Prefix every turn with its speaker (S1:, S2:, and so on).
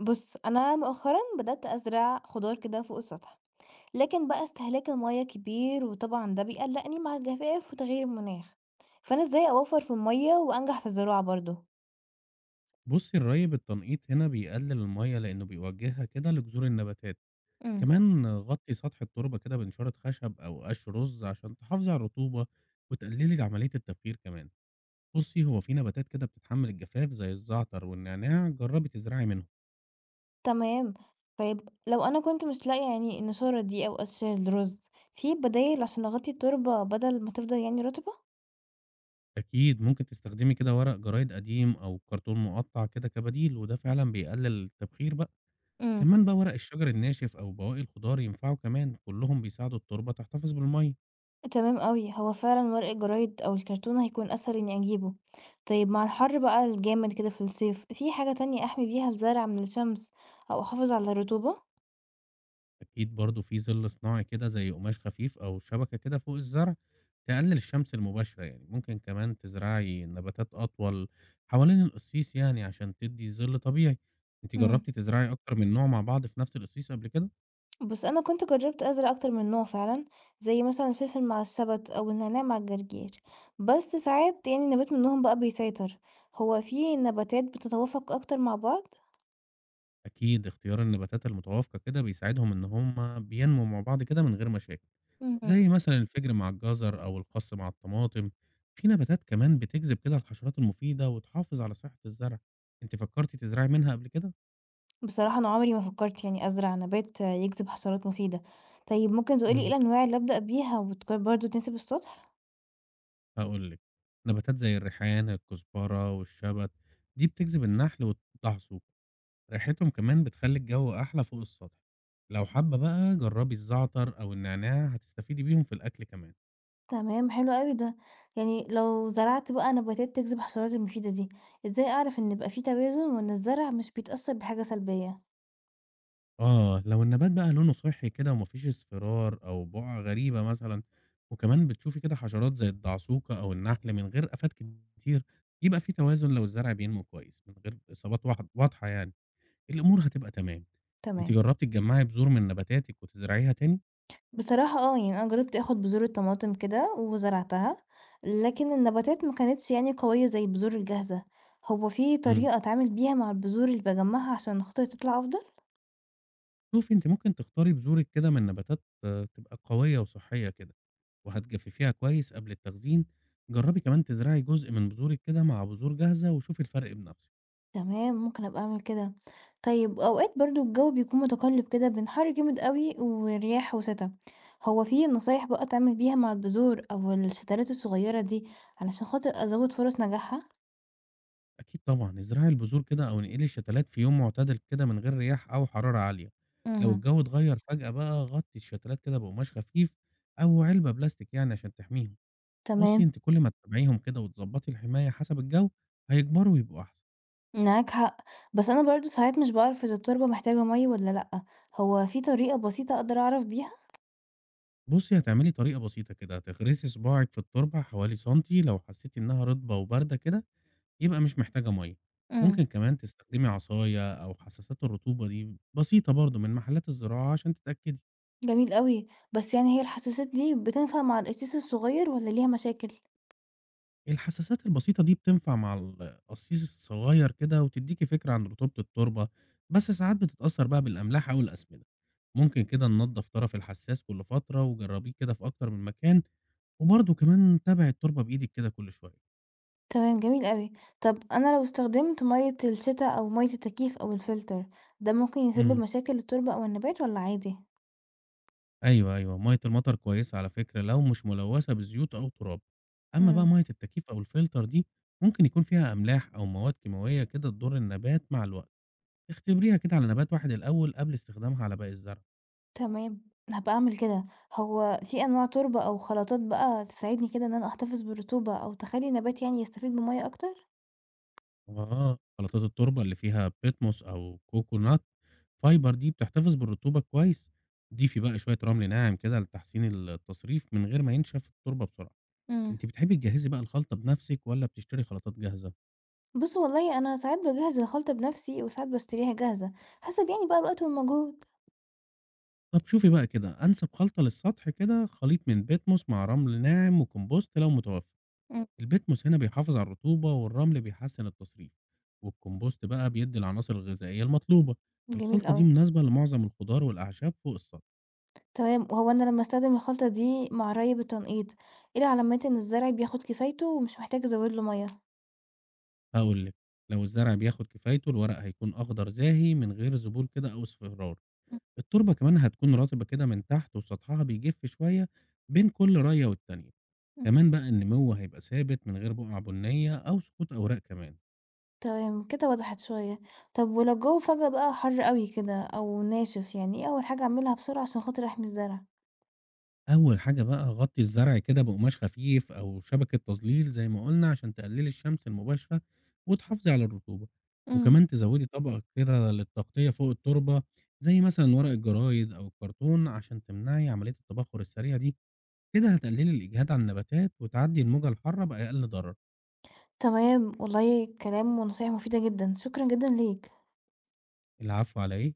S1: بُص، أنا مؤخرًا بدأت أزرع خضار كده فوق السطح، لكن بقى استهلاك المَيّة كبير، وطبعًا ده بيقلقني مع الجفاف وتغير المناخ، فأنا إزاي أوفّر في المَيّة وأنجح في الزراعة برضه؟
S2: بُصّي الري بالتنقيط هنا بيقلل المَيّة لإنه بيوجّهها كده لجذور النباتات،
S1: إمم.
S2: كمان غطّي سطح التربة كده بنشارة خشب أو قَش رُز عشان تحافظي على الرطوبة وتقللي عملية التبخير كمان. بُصّي هو في نباتات كده بتتحمّل الجفاف زي الزعتر والنعناع جرّبي تزرعي منهم،
S1: تمام، طيب لو أنا كنت مش لاقية النشورة دي أو قش الرز، في بدايل عشان أغطي التربة بدل ما تفضل رطبة؟
S2: أكيد ممكن تستخدمي كده ورق جرايد قديم أو كرتون مقطّع كده كبديل وده فعلًا بيقلل التبخير بقى.
S1: إمم.
S2: كمان بقى ورق الشجر الناشف أو بواقي الخضار ينفعوا كمان، كلّهم بيساعدوا التربة تحتفظ بالمَيّة.
S1: تمام أوي، هو فعلًا ورق الجرايد أو الكرتون هيكون أسهل إني أجيبه. طيب مع الحر بقى الجامد كده في الصيف، في حاجة تانية أحمي بيها الزرع من الشمس أو أحافظ على الرطوبة؟
S2: أكيد برضه في ظِل صناعي كده زي قماش خفيف أو شبكة كده فوق الزرع، تقلل الشمس المباشرة يعني، ممكن كمان تزرعي نباتات أطول حوالين القصيص يعني عشان تدّي ظِل طبيعي، أنتِ
S1: امم،
S2: جرّبتِ تزرعي أكتر من نوع مع بعض في نفس القصيص قبل كده؟
S1: بُص أنا كنت جربت أزرع أكتر من نوع فعلًا، زي مثلًا الفلفل مع الشبت أو النعناع مع الجرجير، بس ساعات نبات منهم بقى بيسيطر، هو في نباتات بتتوافق أكتر مع بعض؟
S2: أكيد اختيار النباتات المتوافقة كده بيساعدهم إن هم بينموا مع بعض كده من غير مشاكل،
S1: اهم.
S2: زي مثلًا الفجر مع الجزر أو الخس مع الطماطم، في نباتات كمان بتجذب كده الحشرات المفيدة وتحافظ على صحة الزرع، أنتِ فكّرتِ تزرعي منها قبل كده؟
S1: بصراحة أنا عمري ما فكرت أزرع نبات يجذب حشرات مفيدة. طيب ممكن تقولي ايه
S2: إمم.
S1: الأنواع اللي أبدأ بيها وتكون برضه تناسب السطح؟
S2: هاقول لِك، نباتات زي الريحان، الكزبرة والشبت دي بتجذب النحل والدحسوق، ريحتهم كمان بتخلّي الجو أحلى فوق السطح. لو حابة بقى جرّبي الزعتر أو النعناع هتستفيدي بيهم في الأكل كمان.
S1: تمام، حلو قوي ده، يعني لو زرعت بقى نباتات تجذب حشرات المفيدة دي ازاي أعرف إن يبقى فيه توازن وإن الزرع مش بيتأثر بحاجة سلبية؟
S2: آه، لو النبات بقى لونه صحّي كده وما فيش اصفرار أو بُقع غريبة مثلًا، وكمان بتشوفي كده حشرات زي الدعسوكة أو النحل من غير آفات كتير، يبقى في توازن لو الزرع بينمو كويس من غير إصابات واح واضحة يعني. الأمور هتبقى تمام. أنتِ
S1: تمام.
S2: جرّبتِ تجمّعي بذور من نباتاتِك وتزرعيها تاني؟
S1: بصراحة اه، أنا جربت اخد بذور الطماطم كده وزرعتها، لكن النباتات ما كانتش قوية زي البذور الجاهزة. هو في
S2: إمم.
S1: طريقة أتعامل بيها مع البذور اللي بجمعها عشان خاطر تطلع أفضل؟
S2: شوفي أنتِ ممكن تختاري بذورِك كده من نباتات تبقى قوية وصحّية كده، وهتجفّفيها كويس قبل التخزين. جرّبي كمان تزرعي جزء من بذورِك كده مع بذور جاهزة وشوفي الفرق بنفسِك.
S1: تمام، ممكن أبقى أعمل كده. طيب أوقات برضه الجو بيكون متقلّب كده بين حَر جامد أوي ورياح وشتا، هو في نصايح بقى أتعامل بيها مع البذور أو الشتلات الصغيّرة دي علشان خاطر أزوّد فرص نجاحها؟
S2: أكيد طبعًا، ازرعي البذور كده أو انقلي الشتلات في يوم معتدل كده من غير رياح أو حرارة عالية. لو
S1: اهم،
S2: الجو اتغيّر فجأة بقى غطّي الشتلات كده بقماش خفيف أو علبة بلاستيك يعني عشان تحميهم. بُصّي،
S1: تمام.
S2: أنتِ كل ما تتابعيهم كده وتضبّطي الحماية حسب الجو، هيكبروا ويبقوا أحسن.
S1: معاك حق، بس أنا برضه ساعات مش باعرف إذا التربة محتاجة مَيّة والّا لأ، هو في طريقة بسيطة أقدر أعرف بيها؟
S2: بُصّي، هتعملي طريقة بسيطة كده، هتغرسي صباعِك في التربة حوالي سنتي، لو حسّيتِ إنها رطبة وباردة كده يبقى مش محتاجة مَيّة. ممكن
S1: إمم.
S2: كمان تستخدمي عصاية أو حساسات الرطوبة دي بسيطة برضه من محلات الزراعة عشان تتأكدي.
S1: جميل أوي، بس هي الحساسات دي بتنفع مع القصيص الصغير والّا ليها مشاكل؟
S2: الحساسات البسيطة دي بتنفع مع القصيص الصغير كده وتدّيكِ فكرة عن رطوبة التربة، بس ساعات بتتأثّر بقى بالأملاح أو الأسمدة. ممكن كده ننضّف طرف الحساس كل فترة وجرّبيه كده في أكتر من مكان وبرضه كمان تابعي التربة بإيدِك كده كل شوية.
S1: تمام، جميل أوي. طب أنا لو استخدمت مَيّة الشتا أو مَيّة التكييف أو الفلتر، ده ممكن يسبب
S2: إمم.
S1: مشاكل للتربة أو النبات والّا عادي؟
S2: أيوه، أيوه، مَيّة المطر كويسة على فكرة لو مش ملوثة بزيوت أو تراب، أمّا بقى
S1: امم،
S2: مَيّة التكييف أو الفلتر دي ممكن يكون فيها أملاح أو مواد كيماوية كده تضر النبات مع الوقت، اختبريها كده على نبات واحد الأول قبل استخدامها على باقي الزرع.
S1: تمام. هابقى أعمل كده. هو في أنواع تربة أو خلطات بقى تساعدني كده إن أنا أحتفظ بالرطوبة أو تخلّي النبات يستفيد من مَيّة أكتر؟
S2: آه. خلطات التربة اللي فيها بيتموس أو كوكونات فايبر دي بتحتفظ بالرطوبة كويس، ضيفي بقى شوية رمل ناعم كده لتحسين التصريف من غير ما ينشف التربة بسرعة.
S1: امم.
S2: أنتِ بتحبي تجهّزي بقى الخلطة بنَفْسِك والّا بتشتري خلطات جاهزة؟
S1: بُص والله أنا ساعات باجهّز الخلطة بنفسي وساعات باشتريها جاهزة، حسب بقى الوقت والمجهود.
S2: طَب شوفي بقى كده، أنسب خلطة للسطح كده خليط من بيتموس مع رمل ناعم وكومبوست لو متوفر،
S1: امم.
S2: البيتموس هنا بيحافظ على الرطوبة والرمل بيحسّن التصريف، والكومبوست بقى بيدّي العناصر الغذائية المطلوبة،
S1: جميل
S2: الخلطة دي
S1: أوي.
S2: مناسبة لمعظم الخضار والأعشاب فوق السطح،
S1: تمام، وهو أنا لمّا أستخدم الخلطة دي مع الري بالتنقيط، إيه العلامات إن الزرع بياخد كفايته ومش محتاج أزود له مَيّة؟
S2: هاقول لِك لو الزرع بياخد كفايته الورق هيكون أخضر زاهي من غير ذبول كده أو اصفرار،
S1: إمم،
S2: التربة كمان هتكون رطبة كده من تحت وسطحها بيجف شوية بين كل راية والتانية.
S1: إمم.
S2: كمان بقى النمو هيبقى ثابت من غير بقع بنية أو سقوط أوراق كمان.
S1: تمام كده، وضحت شوية. طب ولو الجو فجأة بقى حَر أوي كده أو ناشف، يعني إيه أول حاجة أعملها بسرعة عشان خاطر أحمي الزرع؟
S2: أول حاجة بقى غطي الزرع كده بقماش خفيف أو شبكة تظليل زي ما قلنا عشان تقللي الشمس المباشرة وتحافظي على الرطوبة،
S1: إمم.
S2: وكمان تزودي طبقة كده للتغطية فوق التربة زي مثلا ورق الجرايد أو الكرتون عشان تمنعي عملية التبخر السريع دي، كده هتقللي الإجهاد على النباتات وتعدي الموجة الحارة بأقل ضرر.
S1: تمام، والله كلام ونصايح مفيدة جدًا، شكرًا جدًا ليك.
S2: العفو على إيه؟